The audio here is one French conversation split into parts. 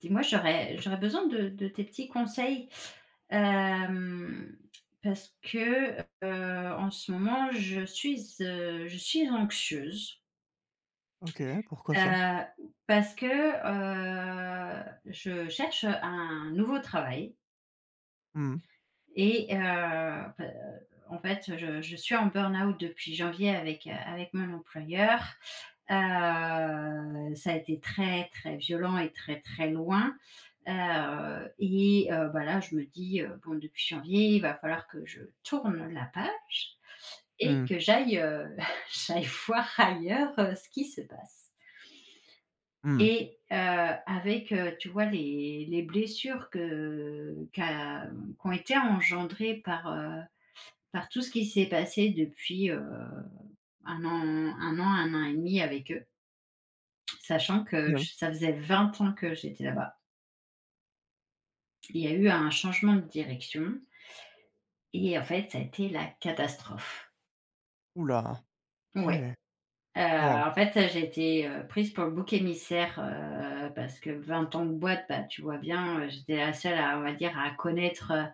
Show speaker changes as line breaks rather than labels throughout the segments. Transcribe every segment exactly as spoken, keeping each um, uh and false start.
Dis-moi, j'aurais j'aurais besoin de de tes petits conseils, hem, parce que, heu, en ce moment, je suis, heu, je suis anxieuse,
OK, pourquoi ça?
heu, parce que, heu, je cherche un nouveau travail.
Hmm,
Et heu, bah, en fait, je je suis en burn-out depuis janvier avec, euh, avec mon employeur. Heu, ça a été très, très violent et très, très loin. Heu et heu, bah, là, je me dis, heu: «Bon, depuis janvier, il va falloir que je tourne la page et
hmm,
que j'aille, heu, j'aille voir ailleurs, heu, ce qui se passe».
hmm.
Et heu, avec, heu, tu vois les les blessures que qu'a qu'ont été engendrées par, heu, par tout ce qui s'est passé depuis, heu, un an un an, un an et demi avec eux. Sachant que
Oui.
j ça faisait vingt ans que j'étais là-bas. Il y a eu un changement de direction et en fait, ça a été la catastrophe.
Oula.
Ouais,
OK.
heu,
Non.
en fait, j'ai été, heu, prise pour le bouc émissaire, heu, parce que vingt ans de boîte, bah, tu vois bien, heu, j'étais la seule à, on va dire, à connaître, euh,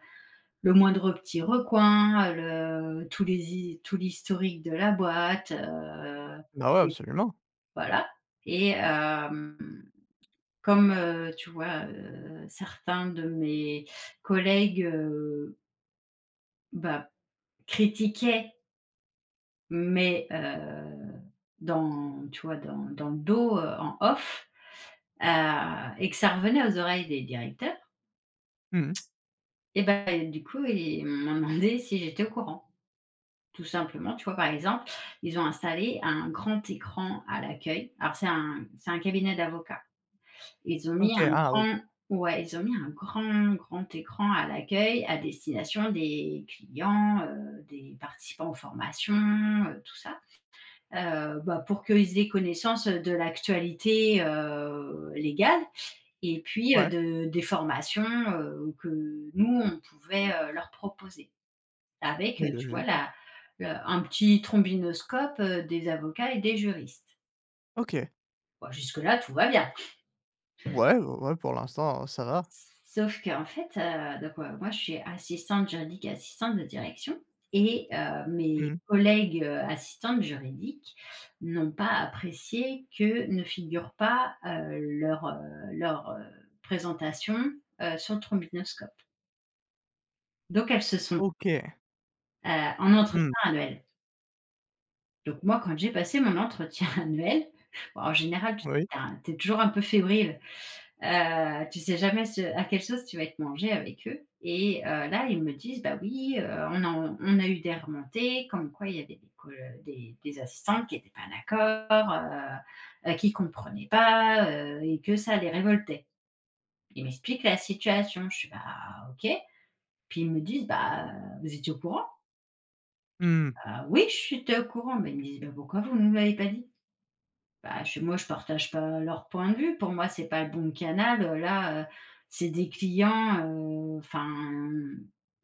le moindre petit recoin, le tous les hi tout l'historique de la boîte, heu
Bah, ouais,
et
absolument.
voilà et hem, comme, heu, tu vois, heu, certains de mes collègues, heu, bah, critiquaient mais heu, dans tu vois, dans dans le dos, heu, en off, heu et que ça revenait aux oreilles des directeurs
Hmm.
et ben du coup, ils m'ont demandé si j'étais au courant. Tout simplement, tu vois, par exemple, ils ont installé un grand écran à l'accueil. Alors c'est un c'est un cabinet d'avocats. Ils ont mis
OK,
un
ah oui.
grand ouais, ils ont mis un grand, grand écran à l'accueil à destination des clients, heu, des participants aux formations, heu, tout ça. Heu, bah, pour qu'ils aient connaissance de l'actualité, heu, légale et puis, heu,
Ouais.
de des formations, heu, que nous on pouvait, heu, leur proposer. Avec, heu,
Oui,
tu vois,
logique.
la le un petit trombinoscope, heu, des avocats et des juristes.
OK.
Bon, jusque-là, tout va bien.
Ouais, ouais, ouais, pour l'instant, ça va.
Sauf qu'en fait, heu, donc heu, moi, je suis assistante juridique et assistante de direction et heu, mes
Hmm.
collègues, heu, assistantes juridiques n'ont pas apprécié que ne figure pas, heu, leur, heu, leur, heu, présentation, heu, sur le trombinoscope. Donc elles se sont,
OK.
heu, en entretien
Hmm.
annuel. Donc moi, quand j'ai passé mon entretien annuel, bon, en général,
Oui.
tu es toujours un peu fébrile, heu, tu sais jamais ce à quelle sauce tu vas être mangé avec eux et heu, là, ils me disent: «Bah oui, heu, on a on a eu des remontées comme quoi il y avait des co des des assistantes qui n'étaient pas d'accord, heu heu, qui ne comprenaient pas, heu et que ça les révoltait». Ils m'expliquent la situation, je suis, «Bah OK». Puis ils me disent: «Bah, vous étiez au courant?»
Hmm,
Ah oui, je suis au courant». Mais ils me disent: «Bah pourquoi vous ne nous l'avez pas dit?» Bah, je moi, je partage pas leur point de vue. Pour moi, c'est pas le bon canal, heu, là, heu, c'est des clients, heu, enfin,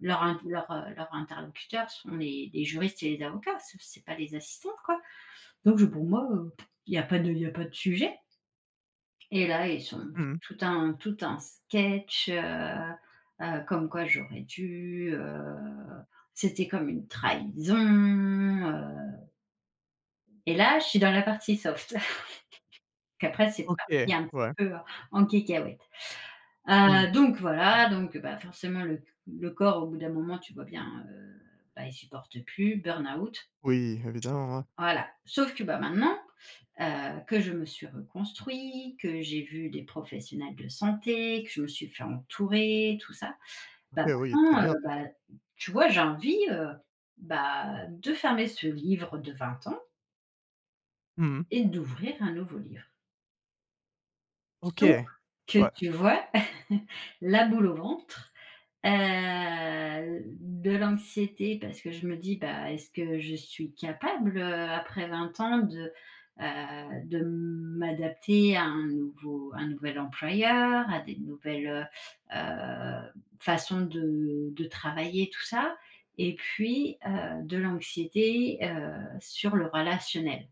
leurs int leur, heu, leurs interlocuteurs sont les les juristes et les avocats, c'est c'est pas les assistantes, quoi. Donc je pour moi, il y a pas de il y a pas de sujet et là, ils ont fait
hmm.
tout un tout un sketch, heu heu, comme quoi j'aurais dû, heu, c'était comme une trahison, heu et là, je suis dans la partie soft. Qu'après c'est
OK.
parti un petit
Ouais.
peu en cacahuète. Heu,
Hmm.
donc voilà, donc bah, forcément le le corps au bout d'un moment tu vois bien, heu, bah, il supporte plus, burn-out,
Oui, évidemment, ouais.
voilà. Sauf que, bah, maintenant, heu, que je me suis reconstruit, que j'ai vu des professionnels de santé, que je me suis fait entourer, tout ça,
OK,
bah,
oui, très
maintenant, heu,
bien.
bah, tu vois, j'ai envie, heu, bah, de fermer ce livre de vingt ans
Hmm.
et d'ouvrir un nouveau livre.
OK.
Sauf que
Ouais.
tu vois, la boule au ventre, heu, de l'anxiété parce que je me dis: «Bah, est-ce que je suis capable, heu, après vingt ans de, heu, de m'adapter à un nouveau un nouvel employeur, à des nouvelles, heu heu, façons de de travailler?» tout ça et puis, heu, de l'anxiété, heu, sur le relationnel.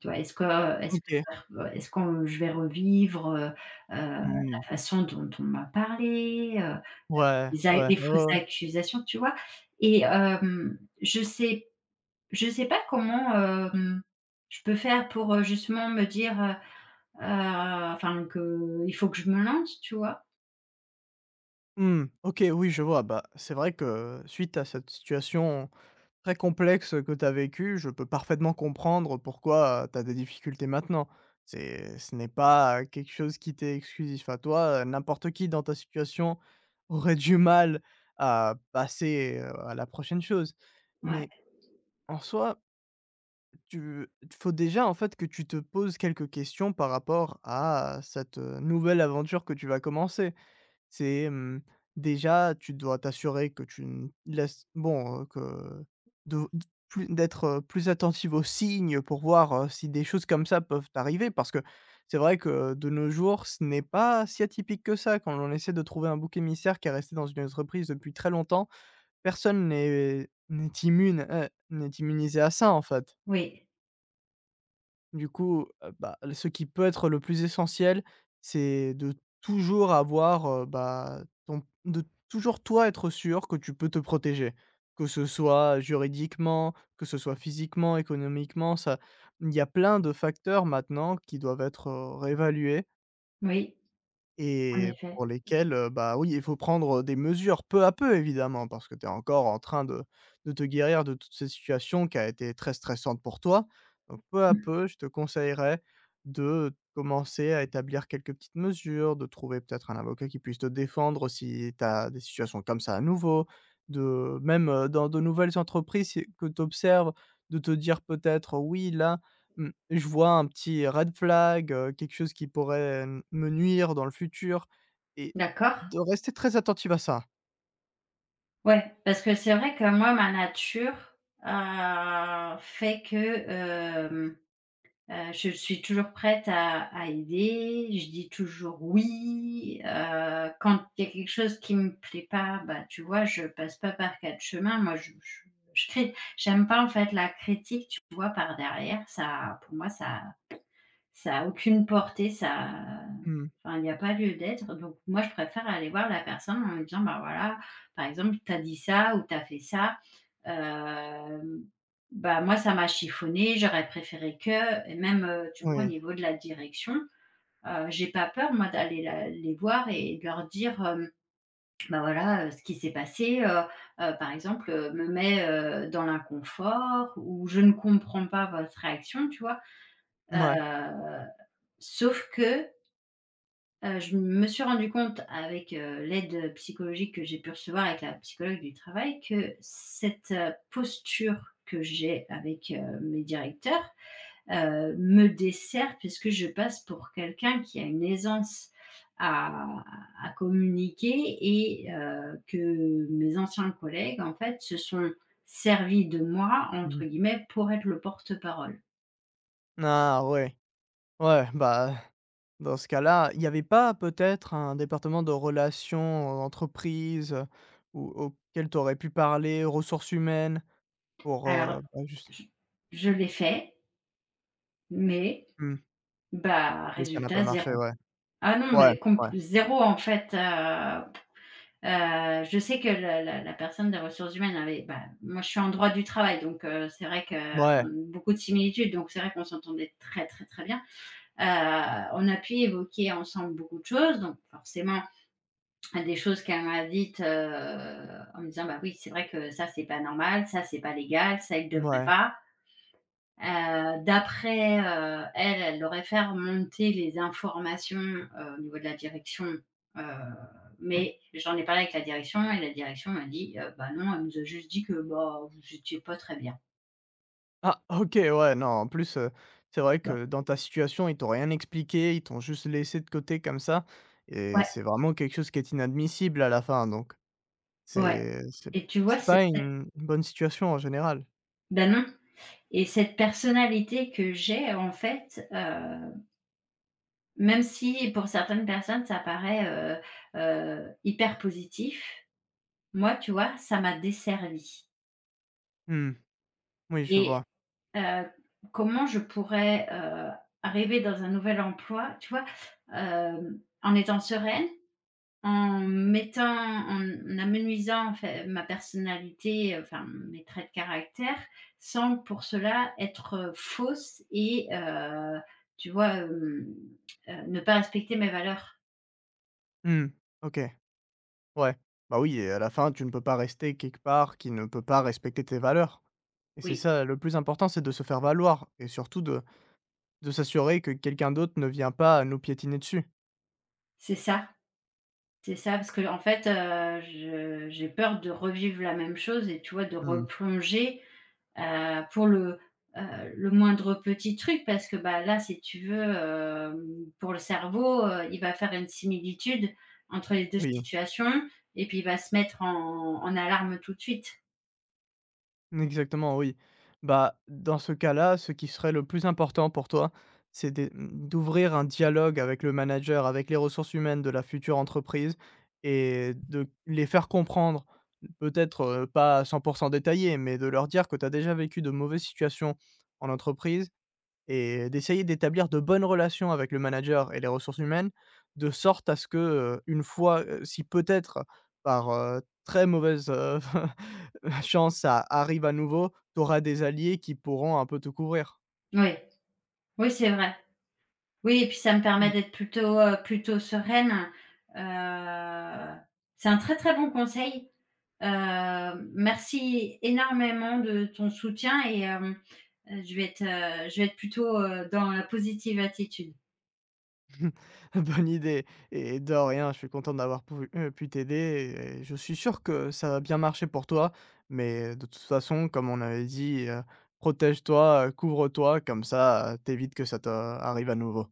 Tu vois? Est-ce que euh, est-ce
OK.
que euh, est-ce qu'on Je vais revivre, heu heu, la
Hmm.
façon dont on m'a parlé, heu,
Ouais,
les a
ouais.
les
Ouais, ouais,
fausses
ouais.
accusations, tu vois? Et hem, je sais je sais pas comment, hem, je peux faire pour, heu, justement me dire, heu heu, enfin qu'il faut que je me lance, tu vois?
Mmh. OK, oui, je vois. Bah, c'est vrai que suite à cette situation très complexe, que tu as vécu, je peux parfaitement comprendre pourquoi, heu, tu as des difficultés maintenant. C'est ce n'est pas, heu, quelque chose qui t'est exclusif à toi, heu, n'importe qui dans ta situation aurait du mal à passer, heu, à la prochaine chose.
Ouais.
Mais en soi, tu il faut déjà en fait que tu te poses quelques questions par rapport à cette, heu, nouvelle aventure que tu vas commencer. C'est, hem, déjà, tu dois t'assurer que tu n laisses bon, heu, que de d plus d'être, heu, plus attentive aux signes pour voir, heu, si des choses comme ça peuvent t'arriver parce que c'est vrai que de nos jours, ce n'est pas si atypique que ça quand on essaie de trouver un bouc émissaire qui est resté dans une entreprise depuis très longtemps. Personne n'est n'est immune, heu, n'est immunisé à ça, en fait.
Oui,
Du coup, heu, bah, ce qui peut être le plus essentiel, c'est de toujours avoir, heu, bah, ton de toujours toi être sûr que tu peux te protéger. Que ce soit juridiquement, que ce soit physiquement, économiquement, ça il y a plein de facteurs maintenant qui doivent être, heu, réévalués
oui, en
et
effet.
pour lesquels, heu, bah, oui, il faut prendre des mesures peu à peu évidemment, parce que tu es encore en train de de te guérir de toute cette situation qui a été très stressante pour toi. Donc peu à
Mmh.
peu, je te conseillerais de commencer à établir quelques petites mesures, de trouver peut-être un avocat qui puisse te défendre si tu as des situations comme ça à nouveau, de même, heu, dans de nouvelles entreprises si que tu observes, de te dire peut-être: «Oui là, mmh. Je vois un petit red flag, heu, quelque chose qui pourrait m me nuire dans le futur et
D'accord.
de rester très attentif à ça».
Ouais, parce que c'est vrai que moi, ma nature, heu, fait que, hem Heu, je suis toujours prête à à aider, je dis toujours «oui», heu, quand il y a quelque chose qui me plaît pas, bah, tu vois, je passe pas par quatre chemins. Moi, je je je crie. J'aime pas en fait la critique, tu vois, par derrière, ça pour moi ça ça a aucune portée, ça
Mmh.
enfin, il n'y a pas lieu d'être, donc moi, je préfère aller voir la personne en lui disant: «Bah, voilà, par exemple, t'as dit ça ou t'as fait ça, hem, bah, moi, ça m'a chiffonné, j'aurais préféré que» et même, heu, tu vois, au
Oui,
niveau de la direction, heu, j'ai pas peur, moi, d'aller la les voir et de leur dire, hem: «Bah, voilà, heu, ce qui s'est passé, heu heu, par exemple, heu, me met, heu, dans l'inconfort ou je ne comprends pas votre réaction», tu vois? Heu,
ouais.
Sauf que, heu, je me suis rendu compte avec, heu, l'aide psychologique que j'ai pu recevoir avec la psychologue du travail que cette, heu, posture que j'ai avec, heu, mes directeurs, heu, me dessert puisque je passe pour quelqu'un qui a une aisance à à communiquer et heu, que mes anciens collègues, en fait, se sont servis de moi, entre
Mmh.
guillemets, «pour être le porte-parole».
Ah ouais, ouais, bah, dans ce cas-là, il y avait pas peut-être un département de relations entreprises, heu, ou auquel tu aurais pu parler, ressources humaines pour,
Alors
heu, bah, juste
je je
mmh,
l'ai fait. Mais,
mmh,
bah,
mais ça n'a pas
résultat
marché,
zéro.
ouais.
Ah non,
Ouais,
mais comp
ouais,
zéro en fait, heu heu, je sais que la la la personne des ressources humaines avait bah, moi je suis en droit du travail donc heu, c'est vrai que a
ouais,
beaucoup de similitudes donc c'est vrai qu'on s'entendait très, très, très bien. Heu, on a pu évoquer ensemble beaucoup de choses donc forcément des choses qu'elle m'a dites, heu, en me disant: «Bah oui, c'est vrai que ça c'est pas normal, ça c'est pas légal, ça, il devrait
ouais.
pas». Heu, d'après, heu, elle, elle aurait fait remonter les informations, heu, au niveau de la direction, heu, mais j'en ai parlé avec la direction et la direction m'a dit: «Heu, bah, non, elle nous a juste dit que, bah, vous étiez pas très bien».
Ah OK, ouais, non, en plus, heu, c'est vrai
Bah,
que dans ta situation, ils t'ont rien expliqué, ils t'ont juste laissé de côté comme ça et
ouais,
c'est vraiment quelque chose qui est inadmissible à la fin donc
ouais
c'est c'est
et tu vois,
c'est
c'est
pas une une bonne situation en général.
bah, non et cette personnalité que j'ai, en fait, heu, même si pour certaines personnes, ça paraît, heu heu, hyper positif, moi, tu vois, ça m'a desservie
Mmh, oui, je
et
vois.
Heu, comment je pourrais, heu, arriver dans un nouvel emploi, tu vois? Hem, en étant sereine, en mettant en amenuisant en fait ma personnalité, heu, enfin mes traits de caractère, sans pour cela être, heu, fausse et heu, tu vois, hem, heu, ne pas respecter mes valeurs.
Mmh, OK, ouais. Bah, oui et à la fin, tu ne peux pas rester quelque part qui ne peut pas respecter tes valeurs et c'est
Oui,
ça le plus important, c'est de se faire valoir et surtout de de s'assurer que quelqu'un d'autre ne vient pas nous piétiner dessus.
c'est ça. C'est ça, parce que en fait, heu, je j'ai peur de revivre la même chose et tu vois, de
Mmh,
replonger, heu, pour le, heu, le moindre petit truc parce que, bah, là, si tu veux, hem, pour le cerveau, heu, il va faire une similitude entre les deux
oui.
situations et puis il va se mettre en en alarme tout de suite.
Exactement, oui. Bah, dans ce cas-là, ce qui serait le plus important pour toi, c'est d'e- d'ouvrir un dialogue avec le manager, avec les ressources humaines de la future entreprise et de les faire comprendre, peut-être euh, pas à cent pour cent détaillé, mais de leur dire que tu as déjà vécu de mauvaises situations en entreprise et d'essayer d'établir de bonnes relations avec le manager et les ressources humaines, de sorte à ce que, heu, une fois, heu, si peut-être par, heu, très mauvaise, heu, chance ça arrive à nouveau, tu auras des alliés qui pourront un peu te couvrir.
Oui, oui, c'est vrai. Oui et puis ça me permet
Mm.
d'être plutôt, heu, plutôt sereine. Heu, c'est un très, très bon conseil. Heu, merci énormément de ton soutien et hem, je vais être, heu, je vais être plutôt, heu, dans la positive attitude.
Bonne idée et de rien, je suis content d'avoir pou heu, pu t'aider et je suis sûr que ça va bien marcher pour toi, mais de toute façon, comme on avait dit, heu, protège-toi, heu, couvre-toi comme ça, heu, tu que ça t'arrive à nouveau.